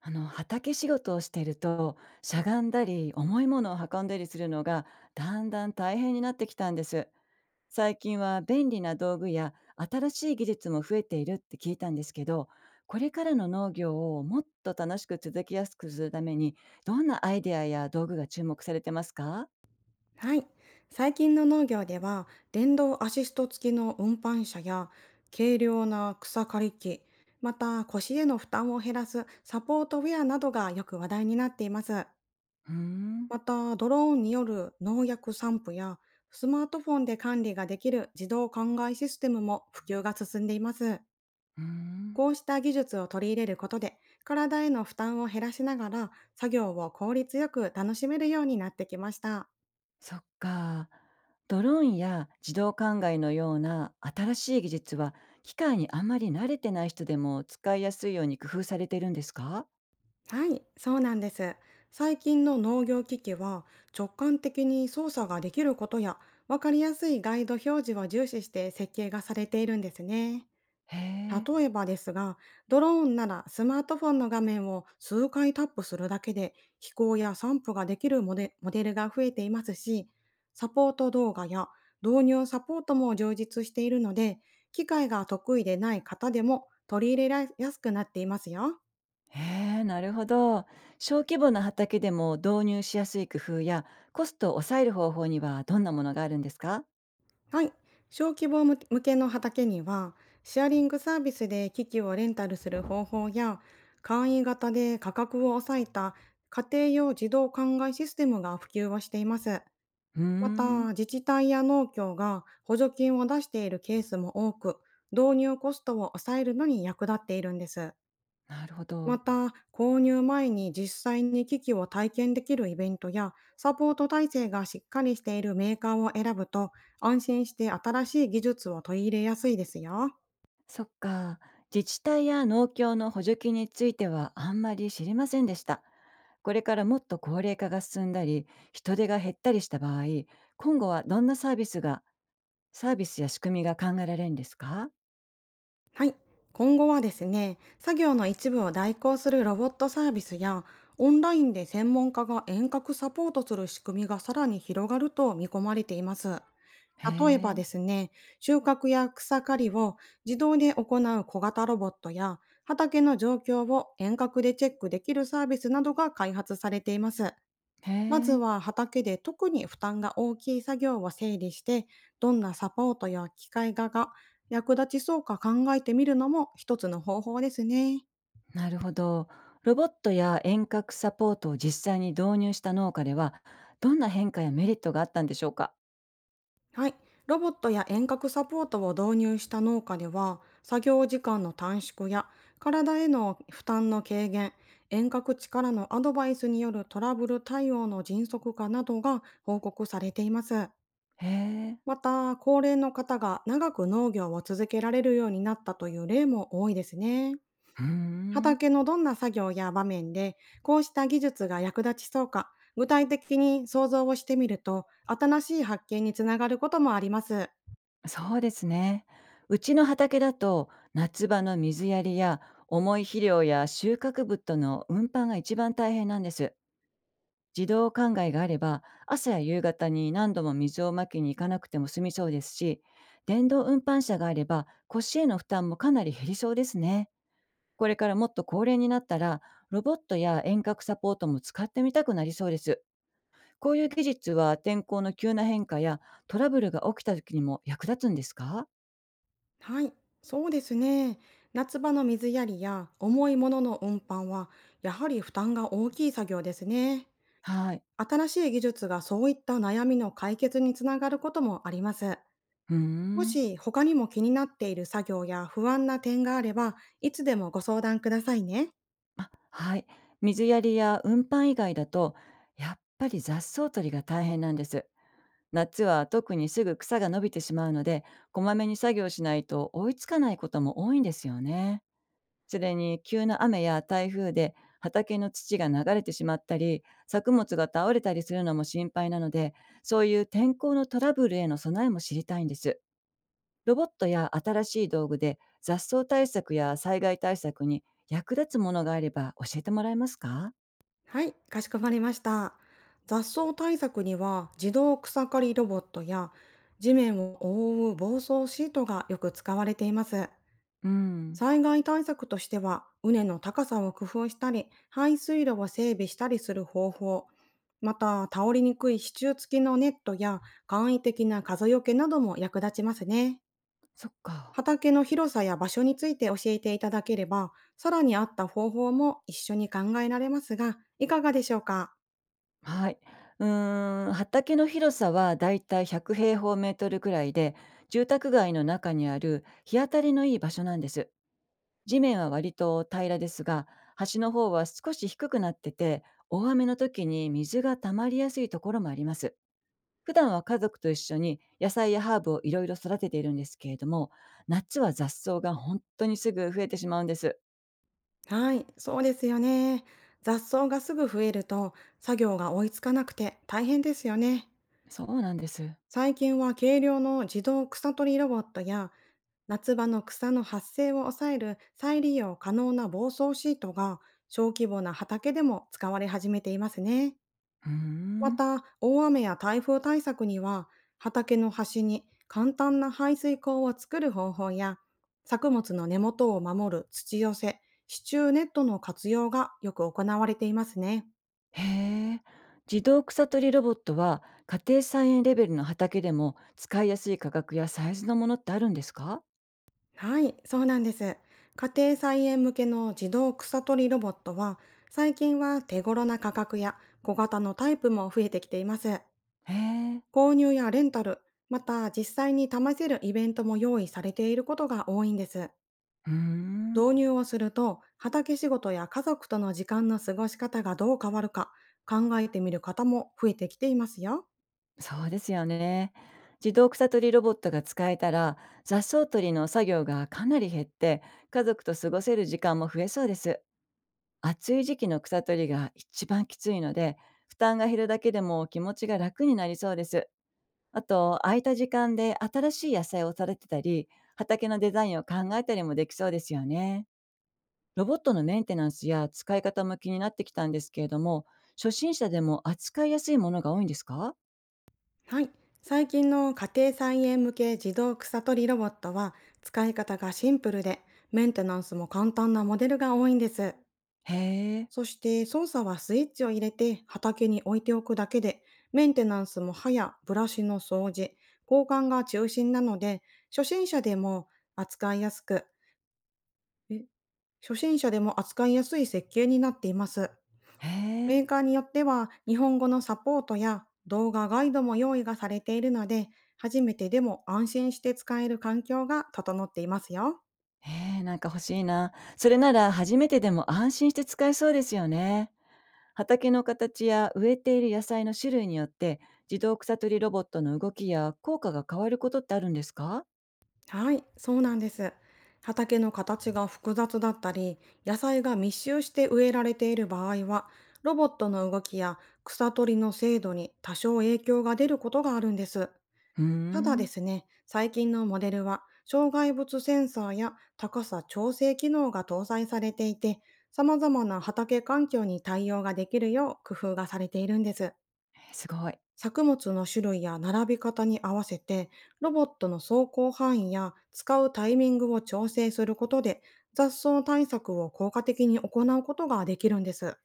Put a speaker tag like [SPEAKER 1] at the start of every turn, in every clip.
[SPEAKER 1] 畑仕事をしていると、しゃがんだり重いものを運んだりするのがだんだん大変になってきたんです。最近は便利な道具や新しい技術も増えているって聞いたんですけど、これからの農業をもっと楽しく続きやすくするためにどんなアイデアや道具が注目されてますか？
[SPEAKER 2] はい。最近の農業では、電動アシスト付きの運搬車や、軽量な草刈り機、また腰への負担を減らすサポートウェアなどがよく話題になっています。
[SPEAKER 1] うーん。
[SPEAKER 2] また、ドローンによる農薬散布や、スマートフォンで管理ができる自動灌漑システムも普及が進んでいます。
[SPEAKER 1] うーん。
[SPEAKER 2] こうした技術を取り入れることで、体への負担を減らしながら、作業を効率よく楽しめるようになってきました。
[SPEAKER 1] そっか。ドローンや自動灌漑のような新しい技術は、機械にあんまり慣れてない人でも使いやすいように工夫されてるんですか？
[SPEAKER 2] はい、そうなんです。最近の農業機器は、直感的に操作ができることや、分かりやすいガイド表示を重視して設計がされているんですね。
[SPEAKER 1] へえ。
[SPEAKER 2] 例えばですが、ドローンならスマートフォンの画面を数回タップするだけで飛行や散布ができるモデルが増えていますし、サポート動画や導入サポートも充実しているので、機械が得意でない方でも取り入れやすくなっていますよ。
[SPEAKER 1] へえ、なるほど。小規模な畑でも導入しやすい工夫やコストを抑える方法にはどんなものがあるんですか？
[SPEAKER 2] はい。小規模向けの畑には、シェアリングサービスで機器をレンタルする方法や、簡易型で価格を抑えた家庭用自動灌漑システムが普及をしています。
[SPEAKER 1] うー
[SPEAKER 2] ま
[SPEAKER 1] ん、
[SPEAKER 2] た、自治体や農協が補助金を出しているケースも多く、導入コストを抑えるのに役立っているんです。
[SPEAKER 1] なるほ
[SPEAKER 2] ま
[SPEAKER 1] ど。
[SPEAKER 2] た、購入前に実際に機器を体験できるイベントや、サポート体制がしっかりしているメーカーを選ぶと、安心して新しい技術を取り入れやすいですよ。
[SPEAKER 1] そっか。自治体や農協の補助金についてはあんまり知りませんでした。これからもっと高齢化が進んだり、人手が減ったりした場合、今後はどんなサービスや仕組みが考えられるんですか？
[SPEAKER 2] はい。今後はですね、作業の一部を代行するロボットサービスや、オンラインで専門家が遠隔サポートする仕組みがさらに広がると見込まれています。
[SPEAKER 1] へ
[SPEAKER 2] 例えば
[SPEAKER 1] え、
[SPEAKER 2] ですね、収穫や草刈りを自動で行う小型ロボットや、畑の状況を遠隔でチェックできるサービスなどが開発されています。
[SPEAKER 1] へ
[SPEAKER 2] まず
[SPEAKER 1] え、
[SPEAKER 2] は畑で特に負担が大きい作業を整理して、どんなサポートや機械画が役立ちそうか考えてみるのも一つの方法ですね。
[SPEAKER 1] なるほど。ロボットや遠隔サポートを実際に導入した農家では、どんな変化やメリットがあったんでしょうか？
[SPEAKER 2] はい。ロボットや遠隔サポートを導入した農家では、作業時間の短縮や、体への負担の軽減、遠隔地からのアドバイスによるトラブル対応の迅速化などが報告されています。
[SPEAKER 1] へえ、
[SPEAKER 2] また、高齢の方が長く農業を続けられるようになったという例も多いですね。
[SPEAKER 1] うーん、
[SPEAKER 2] 畑のどんな作業や場面で、こうした技術が役立ちそうか、具体的に想像をしてみると、新しい発見につながることもあります。
[SPEAKER 1] そうですね。うちの畑だと、夏場の水やりや、重い肥料や収穫物との運搬が一番大変なんです。自動灌漑があれば朝や夕方に何度も水をまきに行かなくても済みそうですし、電動運搬車があれば腰への負担もかなり減りそうですね。これからもっと高齢になったら、ロボットや遠隔サポートも使ってみたくなりそうです。こういう技術は天候の急な変化やトラブルが起きた時にも役立つんですか？
[SPEAKER 2] はい、そうですね。夏場の水やりや重いものの運搬は、やはり負担が大きい作業ですね。
[SPEAKER 1] はい。
[SPEAKER 2] 新しい技術がそういった悩みの解決につながることもあります。
[SPEAKER 1] うー
[SPEAKER 2] も
[SPEAKER 1] ん。
[SPEAKER 2] し他にも気になっている作業や不安な点があれば、いつでもご相談くださいね。
[SPEAKER 1] はい。水やりや運搬以外だと、やっぱり雑草取りが大変なんです。夏は特にすぐ草が伸びてしまうので、こまめに作業しないと追いつかないことも多いんですよね。それに急な雨や台風で畑の土が流れてしまったり、作物が倒れたりするのも心配なので、そういう天候のトラブルへの備えも知りたいんです。ロボットや新しい道具で雑草対策や災害対策に役立つものがあれば教えてもらえますか？
[SPEAKER 2] はい、かしこまりました。雑草対策には、自動草刈りロボットや地面を覆う防草シートがよく使われています。
[SPEAKER 1] うん、
[SPEAKER 2] 災害対策としては、畝の高さを工夫したり、排水路を整備したりする方法、また倒れにくい支柱付きのネットや簡易的な風よけなども役立ちますね。
[SPEAKER 1] そっか。
[SPEAKER 2] 畑の広さや場所について教えていただければ、さらに合った方法も一緒に考えられますが、いかがでしょうか？
[SPEAKER 1] はい。うーん、畑の広さはだいたい100平方メートルくらいで、住宅街の中にある日当たりのいい場所なんです。地面は割と平らですが、端の方は少し低くなってて、大雨の時に水が溜まりやすいところもあります。普段は家族と一緒に野菜やハーブをいろいろ育てているんですけれども、夏は雑草が本当にすぐ増えてしまうんです。
[SPEAKER 2] はい、そうですよね。雑草がすぐ増えると、作業が追いつかなくて大変ですよね。
[SPEAKER 1] そうなんです。
[SPEAKER 2] 最近は軽量の自動草取りロボットや、夏場の草の発生を抑える再利用可能な防草シートが、小規模な畑でも使われ始めていますね。
[SPEAKER 1] うー
[SPEAKER 2] ま
[SPEAKER 1] ん。
[SPEAKER 2] た、大雨や台風対策には、畑の端に簡単な排水溝を作る方法や、作物の根元を守る土寄せ、支柱ネットの活用がよく行われていますね。
[SPEAKER 1] へえ。自動草取りロボットは家庭菜園レベルの畑でも使いやすい価格やサイズのものってあるんですか？
[SPEAKER 2] はい、そうなんです。家庭菜園向けの自動草取りロボットは、最近は手頃な価格や小型のタイプも増えてきています。
[SPEAKER 1] へえ。
[SPEAKER 2] 購入やレンタル、また実際に試せるイベントも用意されていることが多いんです。
[SPEAKER 1] うーん。
[SPEAKER 2] 導入をすると、畑仕事や家族との時間の過ごし方がどう変わるか考えてみる方も増えてきていますよ。
[SPEAKER 1] そうですよね。自動草取りロボットが使えたら、雑草取りの作業がかなり減って、家族と過ごせる時間も増えそうです。暑い時期の草取りが一番きついので、負担が減るだけでも気持ちが楽になりそうです。あと、空いた時間で新しい野菜を育てたり、畑のデザインを考えたりもできそうですよね。ロボットのメンテナンスや使い方も気になってきたんですけれども、初心者でも扱いやすいものが多いんですか？
[SPEAKER 2] はい。最近の家庭菜園向け自動草取りロボットは、使い方がシンプルで、メンテナンスも簡単なモデルが多いんです。
[SPEAKER 1] へえ、
[SPEAKER 2] そして、操作はスイッチを入れて畑に置いておくだけで、メンテナンスも歯やブラシの掃除、交換が中心なので、初心者でも扱いやすくえ初心者でも扱いやすい設計になっています。
[SPEAKER 1] へえ、
[SPEAKER 2] メーカーによっては日本語のサポートや動画ガイドも用意がされているので、初めてでも安心して使える環境が整っていますよ。
[SPEAKER 1] へえ、なんか欲しいな。それなら初めてでも安心して使えそうですよね。畑の形や植えている野菜の種類によって、自動草取りロボットの動きや効果が変わることってあるんですか？
[SPEAKER 2] はい、そうなんです。畑の形が複雑だったり、野菜が密集して植えられている場合は、ロボットの動きや草取りの精度に多少影響が出ることがあるんです。
[SPEAKER 1] うー
[SPEAKER 2] ただで
[SPEAKER 1] ん、
[SPEAKER 2] すね、最近のモデルは、障害物センサーや高さ調整機能が搭載されていて、様々な畑環境に対応ができるよう工夫がされているんです。
[SPEAKER 1] すごい。
[SPEAKER 2] 作物の種類や並び方に合わせて、ロボットの走行範囲や使うタイミングを調整することで、雑草対策を効果的に行うことができるんです。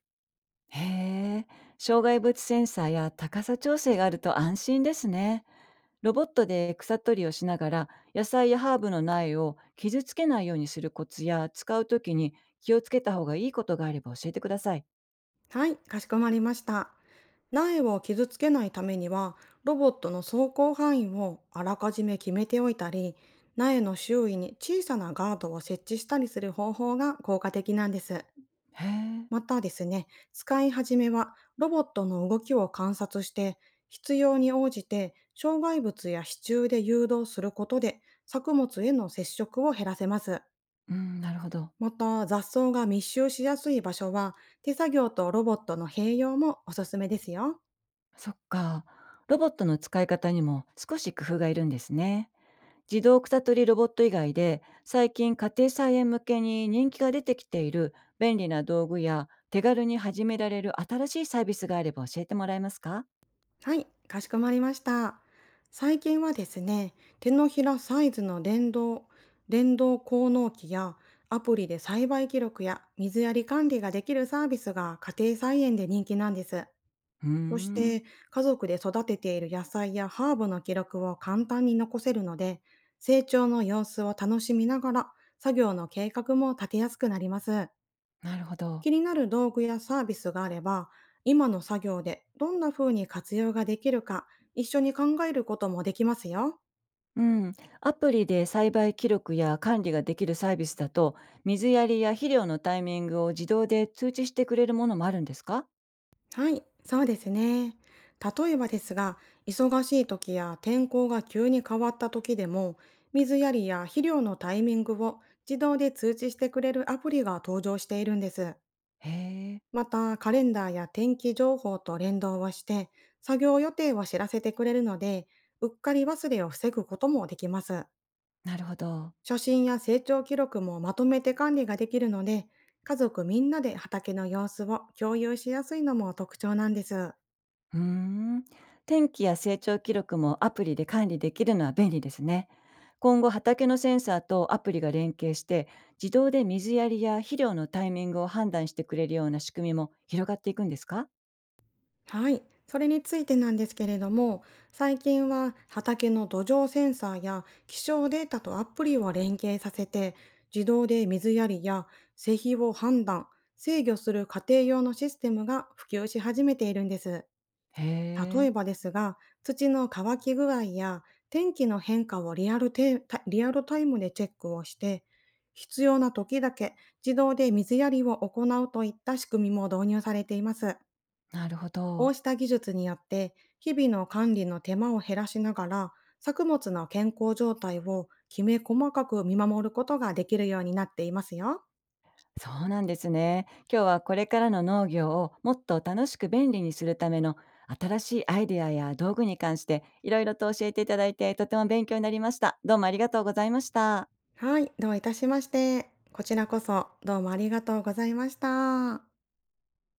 [SPEAKER 1] へえ、障害物センサーや高さ調整があると安心ですね。ロボットで草取りをしながら野菜やハーブの苗を傷つけないようにするコツや使うときに気をつけた方がいいことがあれば教えてください。
[SPEAKER 2] はい、かしこまりました。苗を傷つけないためには、ロボットの走行範囲をあらかじめ決めておいたり、苗の周囲に小さなガードを設置したりする方法が効果的なんです。
[SPEAKER 1] へえ、
[SPEAKER 2] またですね、使い始めはロボットの動きを観察して、必要に応じて障害物や支柱で誘導することで、作物への接触を減らせます。
[SPEAKER 1] うん、なるほど。
[SPEAKER 2] また、雑草が密集しやすい場所は、手作業とロボットの併用もおすすめですよ。
[SPEAKER 1] そっか。ロボットの使い方にも少し工夫がいるんですね。自動草取りロボット以外で最近家庭菜園向けに人気が出てきている便利な道具や手軽に始められる新しいサービスがあれば教えてもらえますか？
[SPEAKER 2] はい、かしこまりました。最近はですね、手のひらサイズの電動、電動耕能機や、アプリで栽培記録や水やり管理ができるサービスが家庭菜園で人気なんです。
[SPEAKER 1] うー
[SPEAKER 2] そし
[SPEAKER 1] ん、
[SPEAKER 2] て、家族で育てている野菜やハーブの記録を簡単に残せるので、成長の様子を楽しみながら、作業の計画も立てやすくなります。
[SPEAKER 1] なるほど。
[SPEAKER 2] 気になる道具やサービスがあれば、今の作業でどんな風に活用ができるか、一緒に考えることもできますよ。
[SPEAKER 1] うん、アプリで栽培記録や管理ができるサービスだと、水やりや肥料のタイミングを自動で通知してくれるものもあるんですか？
[SPEAKER 2] はい、そうですね。例えばですが、忙しい時や天候が急に変わった時でも、水やりや肥料のタイミングを自動で通知してくれるアプリが登場しているんです。
[SPEAKER 1] へえ、
[SPEAKER 2] また、カレンダーや天気情報と連動をして、作業予定を知らせてくれるので、うっかり忘れを防ぐこともできます。
[SPEAKER 1] なるほど。
[SPEAKER 2] 写真や成長記録もまとめて管理ができるので、家族みんなで畑の様子を共有しやすいのも特徴なんです。
[SPEAKER 1] うーん。天気や成長記録もアプリで管理できるのは便利ですね。今後畑のセンサーとアプリが連携して自動で水やりや肥料のタイミングを判断してくれるような仕組みも広がっていくんですか？
[SPEAKER 2] はい、それについてなんですけれども、最近は畑の土壌センサーや気象データとアプリを連携させて、自動で水やりや施肥を判断、制御する家庭用のシステムが普及し始めているんです。
[SPEAKER 1] へ
[SPEAKER 2] 例
[SPEAKER 1] え、
[SPEAKER 2] えばですが、土の乾き具合や天気の変化をリアルタイムでチェックをして、必要な時だけ自動で水やりを行うといった仕組みも導入されています。
[SPEAKER 1] なるほ
[SPEAKER 2] こう
[SPEAKER 1] ど。
[SPEAKER 2] した技術によって、日々の管理の手間を減らしながら、作物の健康状態をきめ細かく見守ることができるようになっていますよ。
[SPEAKER 1] そうなんですね。今日はこれからの農業をもっと楽しく便利にするための新しいアイデアや道具に関していろいろと教えていただいてとても勉強になりました。どうもありがとうございました。
[SPEAKER 2] はい、どういたしまして。こちらこそどうもありがとうございました。